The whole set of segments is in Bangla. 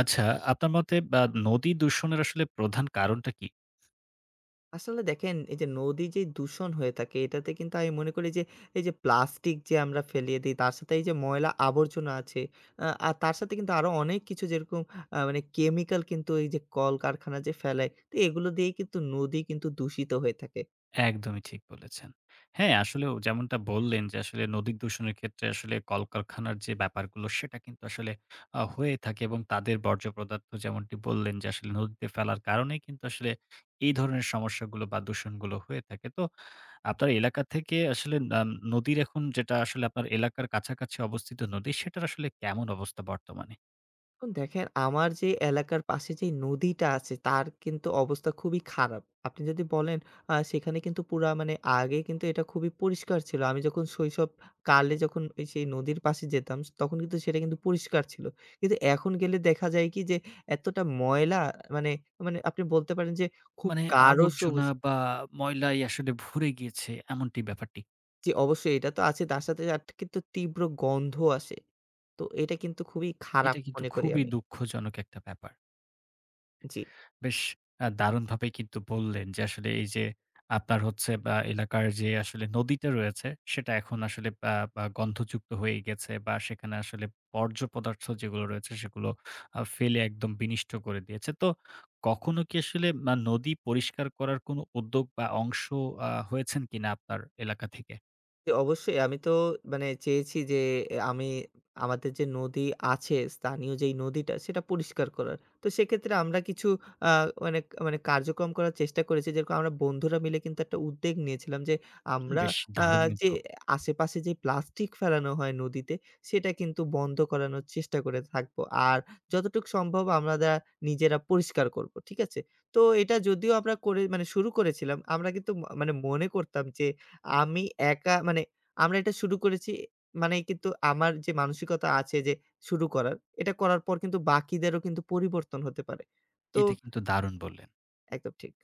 আচ্ছা, আপনার মতে বা নদী দূষণের আসলে প্রধান কারণটা কি? আসলে দেখেন, এই যে নদী যে দূষণ হয়ে থাকে এটাতে কিন্তু আমি মনে করি যে এই যে প্লাস্টিক যে আমরা ফেলিয়ে দিই তার সাথে এই যে ময়লা আবর্জনা আছে, আর তার সাথে কিন্তু আরো অনেক কিছু যেরকম মানে কেমিক্যাল। কিন্তু এই যে কলকারখানা যে ফেলায়, তো এগুলো দিয়েই কিন্তু নদী কিন্তু দূষিত হয়ে থাকে। একদমই ঠিক বলেছেন। হ্যাঁ, আসলেও যেমনটা বললেন যে আসলে নদী দূষণের ক্ষেত্রে আসলে কলকারখানার যে ব্যাপারগুলো সেটা কিন্তু আসলে হয়ে থাকে এবং তাদের বর্জ্য পদার্থ যেমনটি বললেন যে আসলে নদীতে ফেলার কারণেই কিন্তু আসলে এই ধরনের সমস্যাগুলো বা দূষণগুলো হয়ে থাকে। তো আপনার এলাকা থেকে আসলে নদীর এখন যেটা আসলে আপনার এলাকার কাছাকাছি অবস্থিত নদী সেটার আসলে কেমন অবস্থা বর্তমানে? এখন দেখেন, আমার যে এলাকার পাশে যে নদীটা আছে তার কিন্তু অবস্থা খুবই খারাপ। আপনি যদি বলেন, সেখানে কিন্তু পুরা মানে আগে কিন্তু এটা খুবই পরিষ্কার ছিল। আমি যখন শৈশব কালে যখন ওই সেই নদীর পাশে যেতাম তখন কিন্তু সেটা কিন্তু পরিষ্কার ছিল। কিন্তু এখন গেলে দেখা যায় কি যে এতটা ময়লা, মানে মানে আপনি বলতে পারেন যে খুব মানে গাঢ় আবর্জনা সবুজ। বা ময়লায় আসলে ভরে গিয়েছে এমনটি ব্যাপারটি। জি, অবশ্যই এটা তো আছে, তার সাথে আর কিন্তু তীব্র গন্ধ আসে। তো এটা কিন্তু খুবই খারাপ এটা কিন্তু মনে করি খুবই আমি। দুঃখজনক একটা ব্যাপার। জি। বেশ দারুণভাবে কিন্তু বললেন যে আসলে এই যে আপনার হচ্ছে বা এলাকার যে আসলে নদীটা রয়েছে সেটা এখন আসলে বা গন্ধযুক্ত হয়ে গেছে বা সেখানে আসলে বর্জ্য পদার্থ যেগুলো রয়েছে সেগুলো ফেলে একদম বিনিষ্ট করে দিয়েছে। তো কখনো কি আসলে নদী পরিষ্কার করার কোনো উদ্যোগ বা অংশ হয়েছেন কিনা আপনার এলাকা থেকে? জি, অবশ্যই আমি তো মানে চেয়েছি যে আমি আমাদের যে নদী আছে, স্থানীয় যেই নদীটা সেটা পরিষ্কার করার। তো সেক্ষেত্রে আমরা কিছু আ মানে মানে কার্যক্রম করার চেষ্টা করেছি। যেরকম আমরা বন্ধুরা মিলে কিন্তু একটা উদ্যোগ নিয়েছিলাম যে আমরা বেশ আ দারুণ যে কিন্তু। আশেপাশে যে প্লাস্টিক ফেলানো হয় নদীতে সেটা কিন্তু বন্ধ করানোর চেষ্টা করে থাকবো। আর যতটুকু সম্ভব আমরা নিজেরা পরিষ্কার করব। ঠিক আছে? তো এটা যদিও আমরা করে মানে শুরু করেছিলাম, আমরা কিন্তু মানে মনে করতাম যে আমি একা মানে আমরা এটা শুরু করেছি মানে, কিন্তু আমার যে মানসিকতা আছে যে শুরু করার, এটা করার পর কিন্তু বাকিদেরও কিন্তু পরিবর্তন হতে পারে। তো এটা কিন্তু দারুণ বললেন। একদম ঠিক।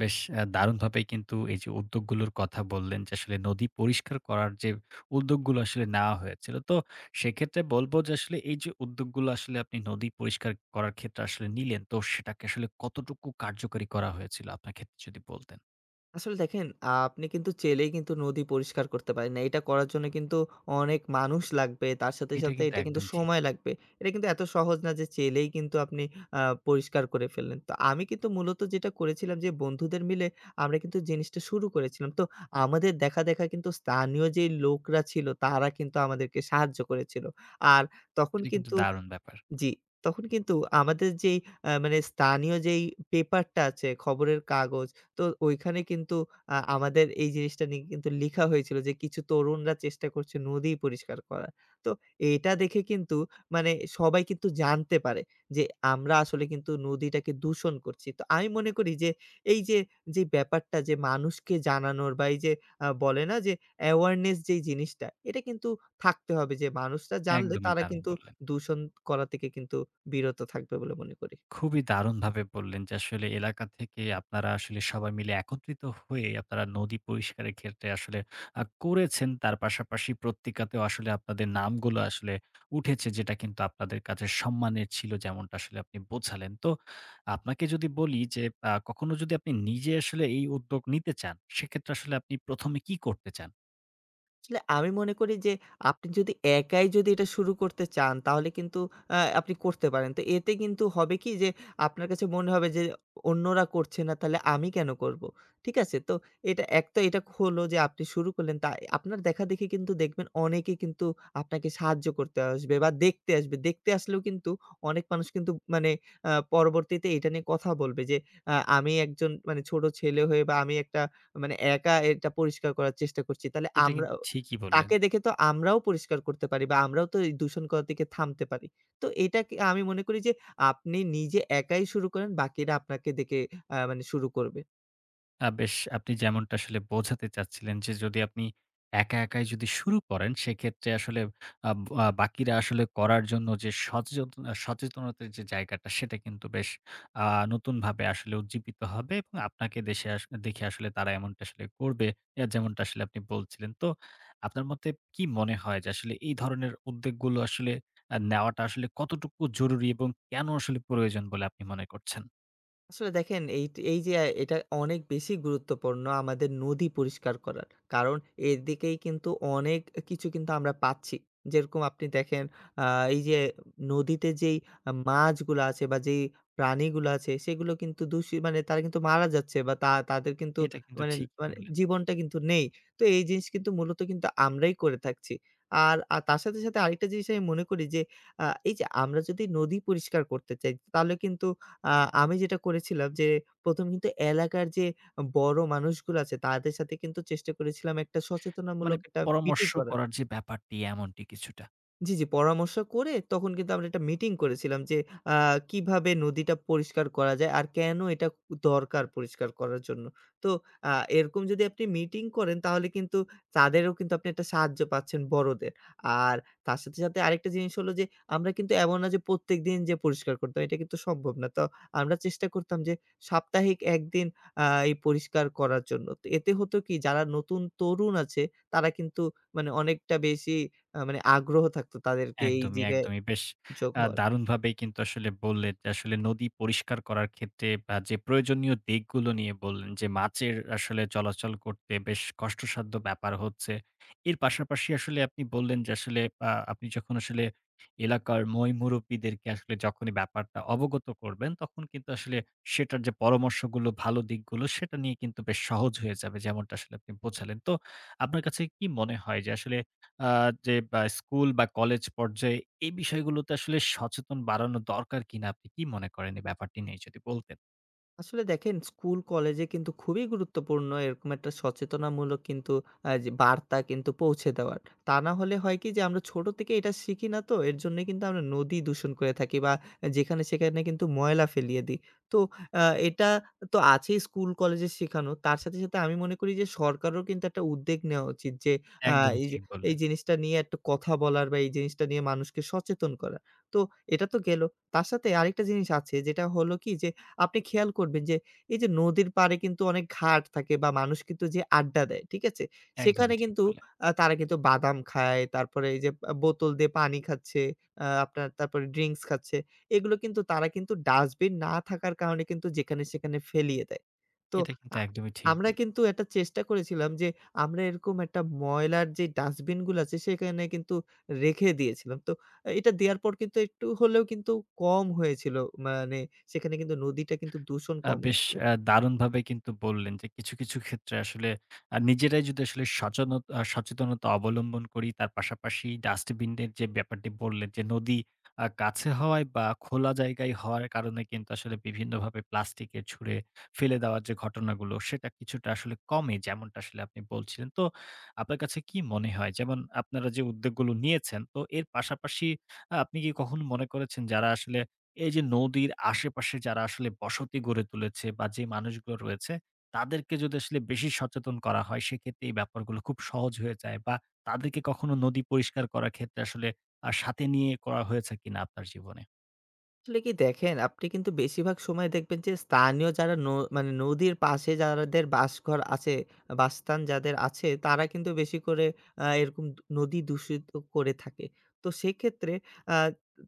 বেশ দারুণভাবেই কিন্তু এই যে উদ্যোগগুলোর কথা বললেন যে আসলে নদী পরিষ্কার করার যে উদ্যোগগুলো আসলে নেওয়া হয়েছিল। তো সেক্ষেত্রে বলবো যে আসলে এই যে উদ্যোগগুলো আসলে আপনি নদী পরিষ্কার করার ক্ষেত্রে আসলে নিলেন, তো সেটাকে আসলে কতটুকু কার্যকরী করা হয়েছিল আপনার ক্ষেত্রে যদি বলতেন? আসলে দেখেন, আপনি কিন্তু চাইলেই কিন্তু নদী পরিষ্কার করতে পারেন না। এটা করার জন্য কিন্তু অনেক মানুষ লাগবে। তার সাথে, এটা সাথে কিন্তু এটা কিন্তু একদম ঠিক। সময় লাগবে। এটা কিন্তু এত সহজ না যে চাইলেই কিন্তু আপনি আ পরিষ্কার করে ফেললেন। তো আমি কিন্তু মূলত যেটা করেছিলাম যে বন্ধুদের মিলে আমরা কিন্তু জিনিসটা শুরু করেছিলাম। তো আমাদের দেখা কিন্তু স্থানীয় যেই লোকরা ছিল তারা কিন্তু আমাদেরকে সাহায্য করেছিল। আর তখন এটা কিন্তু কিন্তু দারুণ ব্যাপার। জি, তখন কিন্তু আমাদের যেই মানে স্থানীয় যেই পেপারটা আছে, খবরের কাগজ, তো ওইখানে কিন্তু আমাদের এই জিনিসটা নিয়ে কিন্তু লিখা হয়েছিল যে, কিছু তরুণরা চেষ্টা করছে নদী পরিষ্কার করার। তো এটা দেখে কিন্তু মানে সবাই কিন্তু জানতে পারে যে, আমরা আসলে কিন্তু নদীটাকে দূষণ করছি। তো আমি মনে করি যে, এই যে, যে ব্যাপারটা যে মানুষকে জানানোর বা এই যে বলে না যে, awareness যেই জিনিসটা, এটা কিন্তু থাকতে হবে যে মানুষরা জানলে একদমই তারা দারুণ কিন্তু বললেন। দূষণ করা থেকে কিন্তু বিরত থাকবে বলে মনে করি। খুবই দারুণভাবে বললেন যে আসলে এলাকা থেকে আপনারা আসলে সবাই মিলে একত্রিত হয়ে আপনারা নদী পরিষ্কারের ক্ষেত্রে আসলে করেছেন। তার পাশাপাশি পত্রিকাতেও আসলে আপনাদের নামগুলো আসলে উঠেছে যেটা কিন্তু আপনাদের কাছে সম্মানের ছিল যেমনটা আসলে আপনি বোঝালেন। তো আপনাকে যদি বলি যে কখনো যদি আপনি নিজে আসলে এই উদ্যোগ নিতে চান, সেক্ষেত্রে আসলে আপনি ১ম এ কি করতে চান? আসলে আমি মনে করি যে আপনি যদি একাই যদি এটা শুরু করতে চান তাহলে কিন্তু আপনি করতে পারেন। তো এতে কিন্তু হবে কি যে আপনার কাছে মনে হবে যে অন্যরা করছে না, তাহলে আমি কেন করব? ঠিক আছে? তো এটা এক তো এটা হলো যে আপনি শুরু করলেন, তা আপনার দেখাদেখি কিন্তু দেখবেন অনেকে কিন্তু আপনাকে সাহায্য করতে আসবে বা দেখতে আসবে। দেখতে আসলেও কিন্তু অনেক মানুষ কিন্তু মানে পরবর্তীতে এটা নিয়ে কথা বলবে যে আমি একজন মানে ছোট ছেলে হয়ে বা আমি একটা মানে একা এটা পরিষ্কার করার চেষ্টা করছি। তাহলে এটা আমরা কিন্তু ঠিকই বললেন। তাকে দেখে তো আমরাও পরিষ্কার করতে পারি, বা আমরাও তো এই দূষণ করার থেকে থামতে পারি। তো এটাকে আমি মনে করি যে আপনি নিজে একাই শুরু করেন, বাকিরা আপনাকে দেখে মানে শুরু করবে। বেশ আপনি যেমনটা আসলে বোঝাতে চাচ্ছিলেন যে, যদি আপনি একা, একাই যদি শুরু করেন সেক্ষেত্রে আসলে আব আ বাকিরা আসলে করার জন্য যে সচেতনতার যে জায়গাটা সেটা কিন্তু বেশ আ নতুনভাবে আসলে উজ্জীবিত হবে এবং আপনাকে দেশে আস দেখে আসলে তারা এমনটা আসলে করবে। এ যেমনটা আসলে আপনি বলছিলেন। তো আপনার মতে কি মনে হয় যে আসলে এই ধরনের উদ্যোগগুলো আসলে নেওয়াটা আসলে কতটুকু জরুরি এবং কেন আসলে প্রয়োজন বলে আপনি মনে করছেন? আসলে দেখেন, এই এই যে এটা অনেক বেশি গুরুত্বপূর্ণ, আমাদের নদী পরিষ্কার করার। কারণ এর দিকেই কিন্তু অনেক কিছু কিন্তু আমরা পাচ্ছি। যেরকম আপনি দেখেন, আ এই যে নদীতে যেই মাছগুলো আছে বা যেই প্রাণীগুলো আছে সেগুলো কিন্তু মানে তারা কিন্তু মারা যাচ্ছে বা তাদের কিন্তু এটা কিন্তু মানে, ঠিকই বললেন। জীবনটা কিন্তু নেই। তো এই জিনিস কিন্তু মূলত কিন্তু আমরাই করে থাকছি। আর তার সাথে, সাথে আরেকটা জিনিস আমি মনে করি যে এই যে আমরা যদি নদী পরিষ্কার করতে চাই তাহলে কিন্তু আ আমি যেটা করেছিলাম যে ১ম কিন্তু এলাকার যে বড় মানুষগুলো আছে তাদের সাথে কিন্তু চেষ্টা করেছিলাম একটা মানে সচেতনামূলক একটা মিটিং পরামর্শ করার। করার যে ব্যাপারটি এমনটি কিছুটা। জি, জি। পরামর্শ করে তখন কিন্তু আমরা একটা মিটিং করেছিলাম যে আ কিভাবে নদীটা পরিষ্কার করা যায় আর কেন এটা দরকার পরিষ্কার করার জন্য। তো আ এরকম যদি আপনি মিটিং করেন তাহলে কিন্তু তাদেরও কিন্তু আপনি একটা সাহায্য পাচ্ছেন, বড়দের। আর তার সাথে, সাথে আরেকটা জিনিস হলো যে আমরা কিন্তু এমন না যে প্রত্যেকদিন যে পরিষ্কার করতে হয় এটা কিন্তু সম্ভব না। তো আমরা চেষ্টা করতাম যে সাপ্তাহিক ১ দিন এই পরিষ্কার করার জন্য। তো এতে হতো কি, যারা নতুন তরুণ আছে তারা কিন্তু মানে অনেকটা বেশি মানে আগ্রহ থাকতো তাদেরকে এই একদমই, জায়গায় একদমই। বেশ যোগ হওয়ার। দারুণভাবেই কিন্তু আসলে বললেন যে আসলে নদী পরিষ্কার করার ক্ষেত্রে যে প্রয়োজনীয় দিকগুলো নিয়ে বললেন যে মাছের আসলে চলাচল করতে বেশ কষ্টসাধ্য ব্যাপার হচ্ছে। এর পাশাপাশি আসলে আপনি বললেন যে আসলে আপনি যখন আসলে এলাকার মুরব্বিদেরকে আসলে যখনই ব্যাপারটা অবগত করবেন তখন কিন্তু আসলে সেটার যে পরামর্শগুলো, ভালো দিকগুলো সেটা নিয়ে কিন্তু বেশ সহজ হয়ে যাবে যেমনটা আসলে আপনি বোঝালেন। তো আপনার কাছে কি মনে হয় যে আসলে আ যে বা স্কুল বা কলেজ পর্যায়ে এই বিষয়গুলোতে আসলে সচেতন বাড়ানো দরকার কিনা আপনি কি মনে করেন এই ব্যাপারটি নিয়ে যদি বলতেন? আসলে দেখেন, স্কুল কলেজে কিন্তু খুবই গুরুত্বপূর্ণ এরকম একটা সচেতনামূলক কিন্তু যে বার্তা কিন্তু পৌঁছে দেওয়ার। তা না হলে হয় কি যে আমরা ছোট থেকে এটা শিখি না, তো এর জন্যই কিন্তু আমরা নদী দূষণ করে থাকি বা যেখানে সেখানে কিন্তু ময়লা ফেলিয়ে দিই। তো এটা তো আছেই স্কুল কলেজে শেখানো। তার সাথে, সাথে আমি মনে করি যে সরকারেরও কিন্তু একটা উদ্যোগ নেওয়া উচিত যে আ একদমই এই যে ঠিক এই বললেন, জিনিসটা নিয়ে একটা কথা বলার, বা এই জিনিসটা নিয়ে মানুষকে সচেতন করা। তো এটা তো গেল। তার সাথে আরেকটা জিনিস আছে যেটা হলো কি যে আপনি খেয়াল করবেন যে এই যে নদীর পাড়ে কিন্তু অনেক ঘাট থাকে বা মানুষ কিন্তু যে আড্ডা দেয়, ঠিক আছে? সেখানে একদমই ঠিক কিন্তু বললেন। তারা কিন্তু বাদাম খায়, তারপরে এই যে বোতল দিয়ে পানি খাচ্ছে, আপনার তারপরে ড্রিংকস খাচ্ছে। এগুলো কিন্তু তারা কিন্তু ডাস্টবিন না থাকার কারণে কিন্তু যেখানে সেখানে ফেলিয়ে দেয়। তো এটা কিন্তু আ একদমই ঠিক আমরা কিন্তু একটা চেষ্টা করেছিলাম যে আমরা এরকম একটা ময়লার যে ডাস্টবিন গুলো আছে সেখানে কিন্তু রেখে দিয়েছিলাম। তো এটা দেয়ার পর কিন্তু একটু হলেও কিন্তু কম হয়েছিল। মানে সেখানে কিন্তু নদীটা কিন্তু দূষণ কম বেশ হচ্ছিল। দারুণভাবে কিন্তু বললেন যে কিছু, কিছু ক্ষেত্রে আসলে নিজেরাই যদি আসলে সচেনত আ সচেতনতা অবলম্বন করি তার পাশাপাশি ডাস্টবিনের যে ব্যাপারটি বললেন যে নদী কাছে হওয়ায় বা খোলা জায়গায় হওয়ার কারণে কিন্তু আসলে বিভিন্নভাবে প্লাস্টিকের ছুঁড়ে ফেলে দেওয়ার যে ঘটনাগুলো সেটা কিছুটা আসলে কমে যেমনটা আসলে আপনি বলছিলেন। তো আপনার কাছে কি মনে হয় যেমন আপনারা যে উদ্যোগগুলো নিয়েছেন তো এর পাশাপাশি আপনি কি কখনো মনে করেছেন যারা আসলে এই যে নদীর আশেপাশে যারা আসলে বসতি গড়ে তুলেছে বা যে মানুষগুলো রয়েছে, তাদেরকে যদি আসলে বেশি সচেতন করা হয়, সেক্ষেত্রে এই ব্যাপারগুলো খুব সহজ হয়ে যায় বা তাদেরকে কখনো নদী পরিষ্কার করার ক্ষেত্রে আসলে সাথে নিয়ে করা হয়েছে কিনা আপনার জীবনে? আসলে কি দেখেন, আপনি কিন্তু বেশিরভাগ সময় দেখবেন যে স্থানীয় যারা মানে নদীর পাশে যাদের বাসঘর আছে, বাসস্থান যাদের আছে, তারা কিন্তু বেশি করে এরকম নদী দূষিত করে থাকে। তো সেক্ষেত্রে আ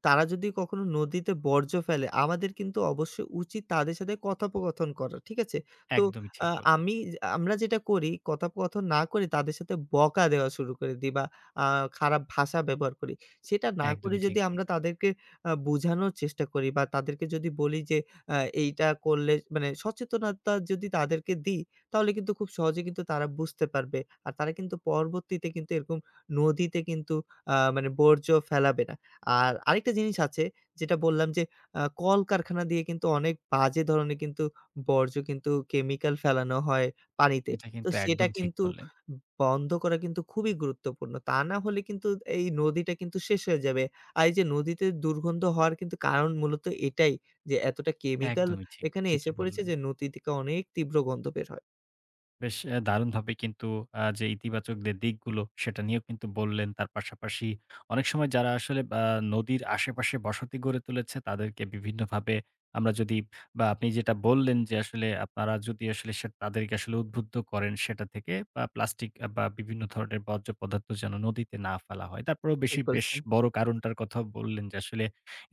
তারা যদি কখনো নদীতে বর্জ্য ফেলে, আমাদের কিন্তু অবশ্যই উচিত তাদের সাথে কথোপকথন করা। ঠিক আছে? তো একদমই আ ঠিক বললেন, আমি আমরা যেটা করি কথোপকথন না করে তাদের সাথে বকা দেওয়া শুরু করে দিই, বা আ খারাপ ভাষা ব্যবহার করি। সেটা না করে একদমই যদি ঠিক আমরা বললেন। তাদেরকে বুঝানোর চেষ্টা করি বা তাদেরকে যদি বলি যে আ এইটা করলে মানে সচেতনতা যদি তাদেরকে দিই, তাহলে কিন্তু খুব সহজে কিন্তু তারা বুঝতে পারবে। আর তারা কিন্তু পরবর্তীতে কিন্তু এরকম নদীতে কিন্তু মানে বর্জ্য ফেলাবে না। আর আরেকটা জিনিস আছে যেটা বললাম যে কলকারখানা দিয়ে কিন্তু অনেক বাজে ধরনের কিন্তু বর্জ্য কিন্তু কেমিক্যাল ফেলানো হয় পানিতে। এটা তো কিন্তু সেটা একদম ঠিক কিন্তু বললেন। বন্ধ করা কিন্তু খুবই গুরুত্বপূর্ণ। তা না হলে কিন্তু এই নদীটা কিন্তু শেষ হয়ে যাবে। আর এই যে নদীতে দুর্গন্ধ হওয়ার কিন্তু কারণ মূলত এটাই যে এতটা কেমিক্যাল একদমই ঠিক। এখানে এসে ঠিকই পড়েছে বললেন। যে নদী থেকে অনেক তীব্র গন্ধ বের হয়। বেশ দারুণভাবে কিন্তু যে ইতিবাচক যে দিকগুলো সেটা নিয়েও কিন্তু বললেন। তার পাশাপাশি অনেক সময় যারা আসলে নদীর আশেপাশে বসতি গড়ে তুলেছে তাদেরকে বিভিন্নভাবে আমরা যদি বা আপনি যেটা বললেন যে আসলে আপনারা যদি আসলে সে তাদেরকে আসলে উদ্বুদ্ধ করেন সেটা থেকে বা প্লাস্টিক বা বিভিন্ন ধরনের বর্জ্য পদার্থ যেন নদীতে না ফেলা হয়। তারপরেও ঠিক বেশ বলেছেন। বড় কারণটার কথাও বললেন যে আসলে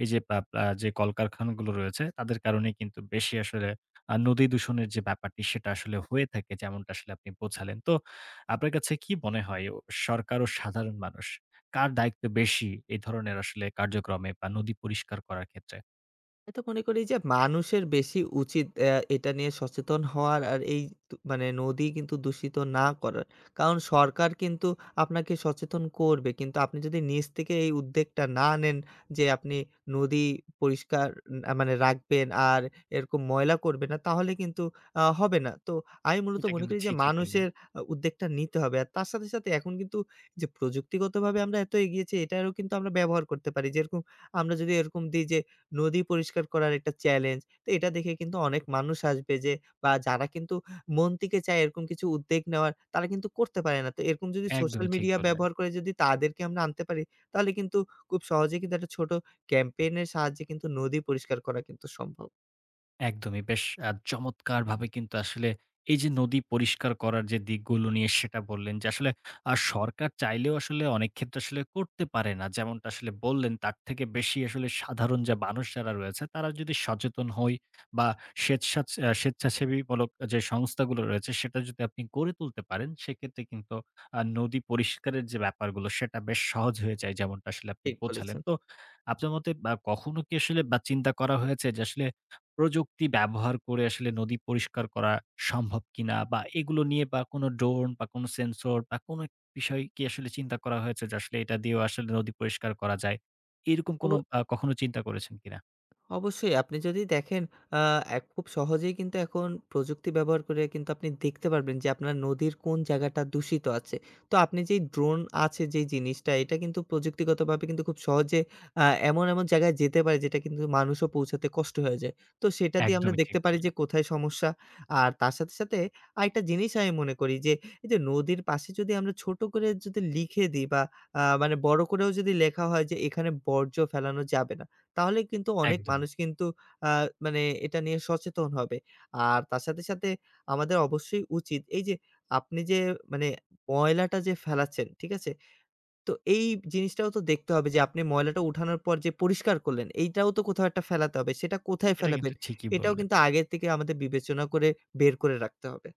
এই যে পা আ যে কলকারখানাগুলো রয়েছে তাদের কারণে কিন্তু বেশি আসলে নদী দূষণের যে ব্যাপারটি সেটা আসলে হয়ে থাকে যেমনটা আসলে আপনি বোঝালেন। তো আপনার কাছে কি মনে হয় সরকার ও সাধারণ মানুষ কার দায়িত্ব বেশি এই ধরনের আসলে কার্যক্রমে বা নদী পরিষ্কার করার ক্ষেত্রে? আমি তো মনে করি যে মানুষের বেশি উচিত এটা নিয়ে সচেতন হওয়ার, আর এই মানে নদী কিন্তু দূষিত না করার। কারণ সরকার কিন্তু আপনাকে সচেতন করবে। কিন্তু আপনি যদি নিজ থেকে এই উদ্যোগটা না নেন যে আপনি নদী পরিষ্কার মানে রাখবেন, আর এরকম ময়লা করবেন না, তাহলে কিন্তু হবে না। তো আমি মূলত এটা মনে কিন্তু করি যে ঠিকই বললেন। মানুষের উদ্যোগটা নিতে হবে। আর তার সাথে, সাথে এখন কিন্তু যে প্রযুক্তিগতভাবে আমরা এত এগিয়েছি এটারও কিন্তু আমরা ব্যবহার করতে পারি। যেরকম আমরা যদি এরকম দিই যে নদী পরিষ্কার করার একটা চ্যালেঞ্জ। তো এটা দেখে কিন্তু অনেক মানুষ আসবে, যে বা যারা কিন্তু মন থেকে চায় এরকম কিছু উদ্যোগ নেওয়ার, তারা কিন্তু করতে পারে না। তো এরকম যদি সোশ্যাল একদমই ঠিক মিডিয়া বললেন। ব্যবহার করে যদি তাদেরকে আমরা আনতে পারি, তাহলে কিন্তু খুব সহজেই কিন্তু একটা ছোট ক্যাম্পেইন এর সাহায্যে কিন্তু নদী পরিষ্কার করা কিন্তু সম্ভব। একদমই। বেশ চমৎকারভাবে কিন্তু আসলে এই যে নদী পরিষ্কার করার যে দিকগুলো নিয়ে সেটা বললেন যে আসলে সরকার চাইলেও আসলে অনেক ক্ষেত্রে আসলে করতে পারে না। যেমনটা আসলে বললেন তার থেকে বেশি আসলে সাধারণ যে মানুষ যারা রয়েছে তারা যদি সচেতন হই বা স্বেচ্ছাচ আ স্বেচ্ছাসেবীমূলক যে সংস্থাগুলো রয়েছে সেটা যদি আপনি গড়ে তুলতে পারেন সেক্ষেত্রে কিন্তু নদী পরিষ্কারের যে ব্যাপারগুলো সেটা বেশ সহজ হয়ে যায় যেমনটা আসলে আপনি ঠিক বোঝালেন। বলেছেন। তো আপনার মতে বা কখনো কি আসলে বা চিন্তা করা হয়েছে যে আসলে প্রযুক্তি ব্যবহার করে আসলে নদী পরিষ্কার করা সম্ভব কিনা? বা এগুলো নিয়ে বা কোনো ড্রোন বা কোনো সেন্সর বা কোনো এক বিষয় কি আসলে চিন্তা করা হয়েছে যে আসলে এটা দিয়েও আসলে নদী পরিষ্কার করা যায়? এরকম অব কোনো কখনো চিন্তা করেছেন কিনা? অবশ্যই আপনি যদি দেখেন, আ খুব সহজেই কিন্তু এখন প্রযুক্তি ব্যবহার করে কিন্তু আপনি দেখতে পারবেন যে আপনার নদীর কোন জায়গাটা দূষিত আছে। তো আপনি যেই ড্রোন আছে যেই জিনিসটা, এটা কিন্তু প্রযুক্তিগতভাবে কিন্তু খুব সহজে এমন, এমন জায়গায় যেতে পারে যেটা কিন্তু মানুষও পৌঁছাতে কষ্ট হয়ে যায়। তো সেটা দিয়ে আমরা একদমই ঠিক দেখতে পারি যে বললেন। কোথায় সমস্যা। আর তার সাথে, সাথে আরেকটা জিনিস আমি মনে করি যে এই যে নদীর পাশে যদি আমরা ছোট করে যদি লিখে দিই বা মানে বড় করেও যদি লেখা হয় যে এখানে বর্জ্য ফেলানো যাবে না। তাহলে কিন্তু অনেক একদমই। মানুষ কিন্তু আ মানে এটা নিয়ে সচেতন হবে। আর তার সাথে, সাথে আমাদের অবশ্যই উচিত এই যে আপনি যে মানে ময়লাটা যে ফেলাচ্ছেন, ঠিক আছে? তো এই জিনিসটাও তো দেখতে হবে যে আপনি ময়লাটা উঠানোর পর যে পরিষ্কার করলেন, এইটাও তো কোথাও একটা ফেলাতে হবে। সেটা কোথায় এটা ফেলাবেন? কিন্তু ঠিকই এটাও বললেন। কিন্তু আগের থেকে আমাদের বিবেচনা করে বের করে রাখতে হবে।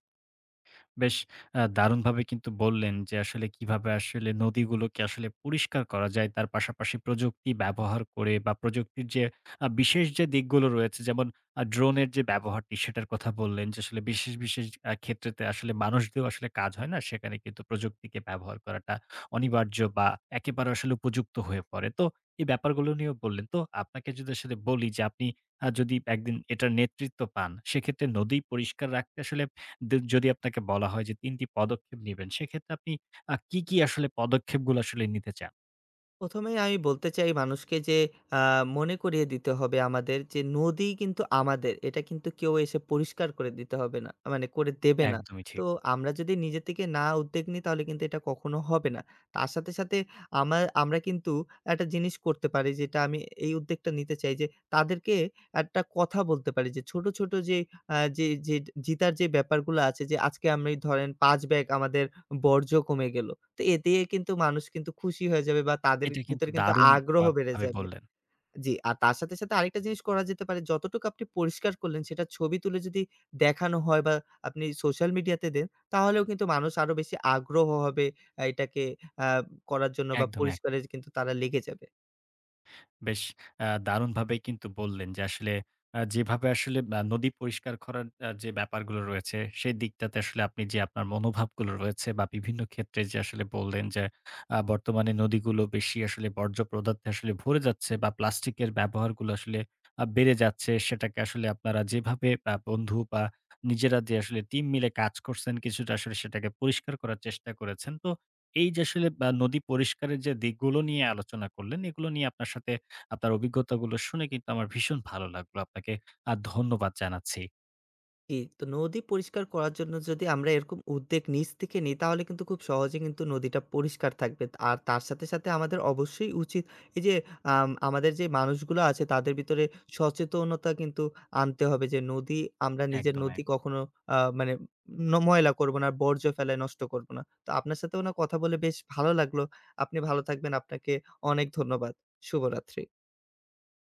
বেশ দারুণভাবে কিন্তু বললেন যে আসলে কিভাবে আসলে নদীগুলোকে আসলে পরিষ্কার করা যায়। তার পাশাপাশি প্রযুক্তি ব্যবহার করে বা প্রযুক্তির যে বিশেষ যে দিকগুলো রয়েছে যেমন ড্রোনের যে ব্যবহারটি সেটার কথা বললেন যে আসলে বিশেষ, বিশেষ ক্ষেত্রেতে আসলে মানুষ দিয়েও আসলে কাজ হয় না। সেখানে কিন্তু প্রযুক্তিকে ব্যবহার করাটা অনিবার্য বা একেবারে আসলে উপযুক্ত হয়ে পড়ে। তো এই ব্যাপারগুলো নিয়েও বললেন। তো আপনাকে যদি আসলে বলি যে আপনি যদি একদিন এটার নেতৃত্ব পান সেক্ষেত্রে নদী পরিষ্কার রাখতে আসলে যদি আপনাকে বলা হয় যে ৩ টি পদক্ষেপ নিবেন, সেক্ষেত্রে আপনি কি, কি আসলে পদক্ষেপগুলো আসলে নিতে চান? প্রথমেই আমি বলতে চাই মানুষকে যে আ মনে করিয়ে দিতে হবে আমাদের যে নদী কিন্তু আমাদের। এটা কিন্তু কেউ এসে পরিষ্কার করে দিতে হবে না। মানে করে দেবে না। একদমই তো ঠিক। আমরা যদি নিজে থেকে না উদ্যোগ নিই তাহলে কিন্তু এটা কখনো হবে না। তার সাথে, সাথে আমরা কিন্তু একটা জিনিস করতে পারি যেটা আমি এই উদ্যোগটা নিতে চাই যে তাদেরকে একটা কথা বলতে পারি যে ছোট, ছোট যে যে যে জিতার যে ব্যাপারগুলো আছে, যে আজকে আমি ধরেন ৫ ব্যাগ আমাদের বর্জ্য কমে গেল। তো এতে কিন্তু মানুষ কিন্তু খুশি হয়ে যাবে বা তাদের এটা কিন্তু ভিতরে কিন্তু দারুণ আগ্রহ আ বেড়ে ভাবে যাবে। বললেন। জি, আর তার সাথে, সাথে আরেকটা জিনিস করা যেতে পারে, যতটুকু আপনি পরিষ্কার করলেন সেটা ছবি তুলে যদি দেখানো হয় বা আপনি সোশ্যাল মিডিয়াতে দেন, তাহলেও কিন্তু মানুষ আরো বেশি আগ্রহ হবে এটাকে আ করার জন্য বা একদম, একদম। পরিষ্কারের কিন্তু তারা লেগে যাবে। বেশ দারুণভাবেই কিন্তু বললেন যে আসলে যেভাবে আসলে নদী পরিষ্কার করার যে ব্যাপারগুলো রয়েছে, সেই দিকটাতে আসলে আপনি যে আপনার মনোভাবগুলো রয়েছে বা বিভিন্ন ক্ষেত্রে যে আসলে বললেন যে বর্তমানে নদীগুলো বেশি আসলে বর্জ্য পদার্থে আসলে ভরে যাচ্ছে বা প্লাস্টিকের ব্যবহারগুলো আসলে বেড়ে যাচ্ছে। সেটাকে আসলে আপনারা যেভাবে বন্ধু বা নিজেরা যে আসলে টিম মিলে কাজ করছেন, কিছুটা আসলে সেটাকে পরিষ্কার করার চেষ্টা করেছেন। তো এই যে আসলে নদী পরিষ্কারের যে দিকগুলো নিয়ে আলোচনা করলেন, এগুলো নিয়ে আপনার সাথে আপনার অভিজ্ঞতাগুলো শুনে কিন্তু আমার ভীষণ ভালো লাগলো। আপনাকে ধন্যবাদ জানাচ্ছি। জি, তো নদী পরিষ্কার করার জন্য যদি আমরা এরকম উদ্যোগ নিজ থেকে নিই তাহলে কিন্তু খুব সহজে কিন্তু নদীটা পরিষ্কার থাকবে। আর তার সাথে, সাথে আমাদের অবশ্যই উচিত এই যে আমাদের যে মানুষগুলো আছে তাদের ভিতরে সচেতনতা কিন্তু আনতে হবে যে নদী আমরা নিজের একদম, নদী একদম। কখনো মানে ময়লা করব না, বর্জ্য ফেলায় নষ্ট করব না। তো আপনার সাথেও না কথা বলে বেশ ভালো লাগলো। আপনি ভালো থাকবেন। আপনাকে অনেক ধন্যবাদ। শুভরাত্রি।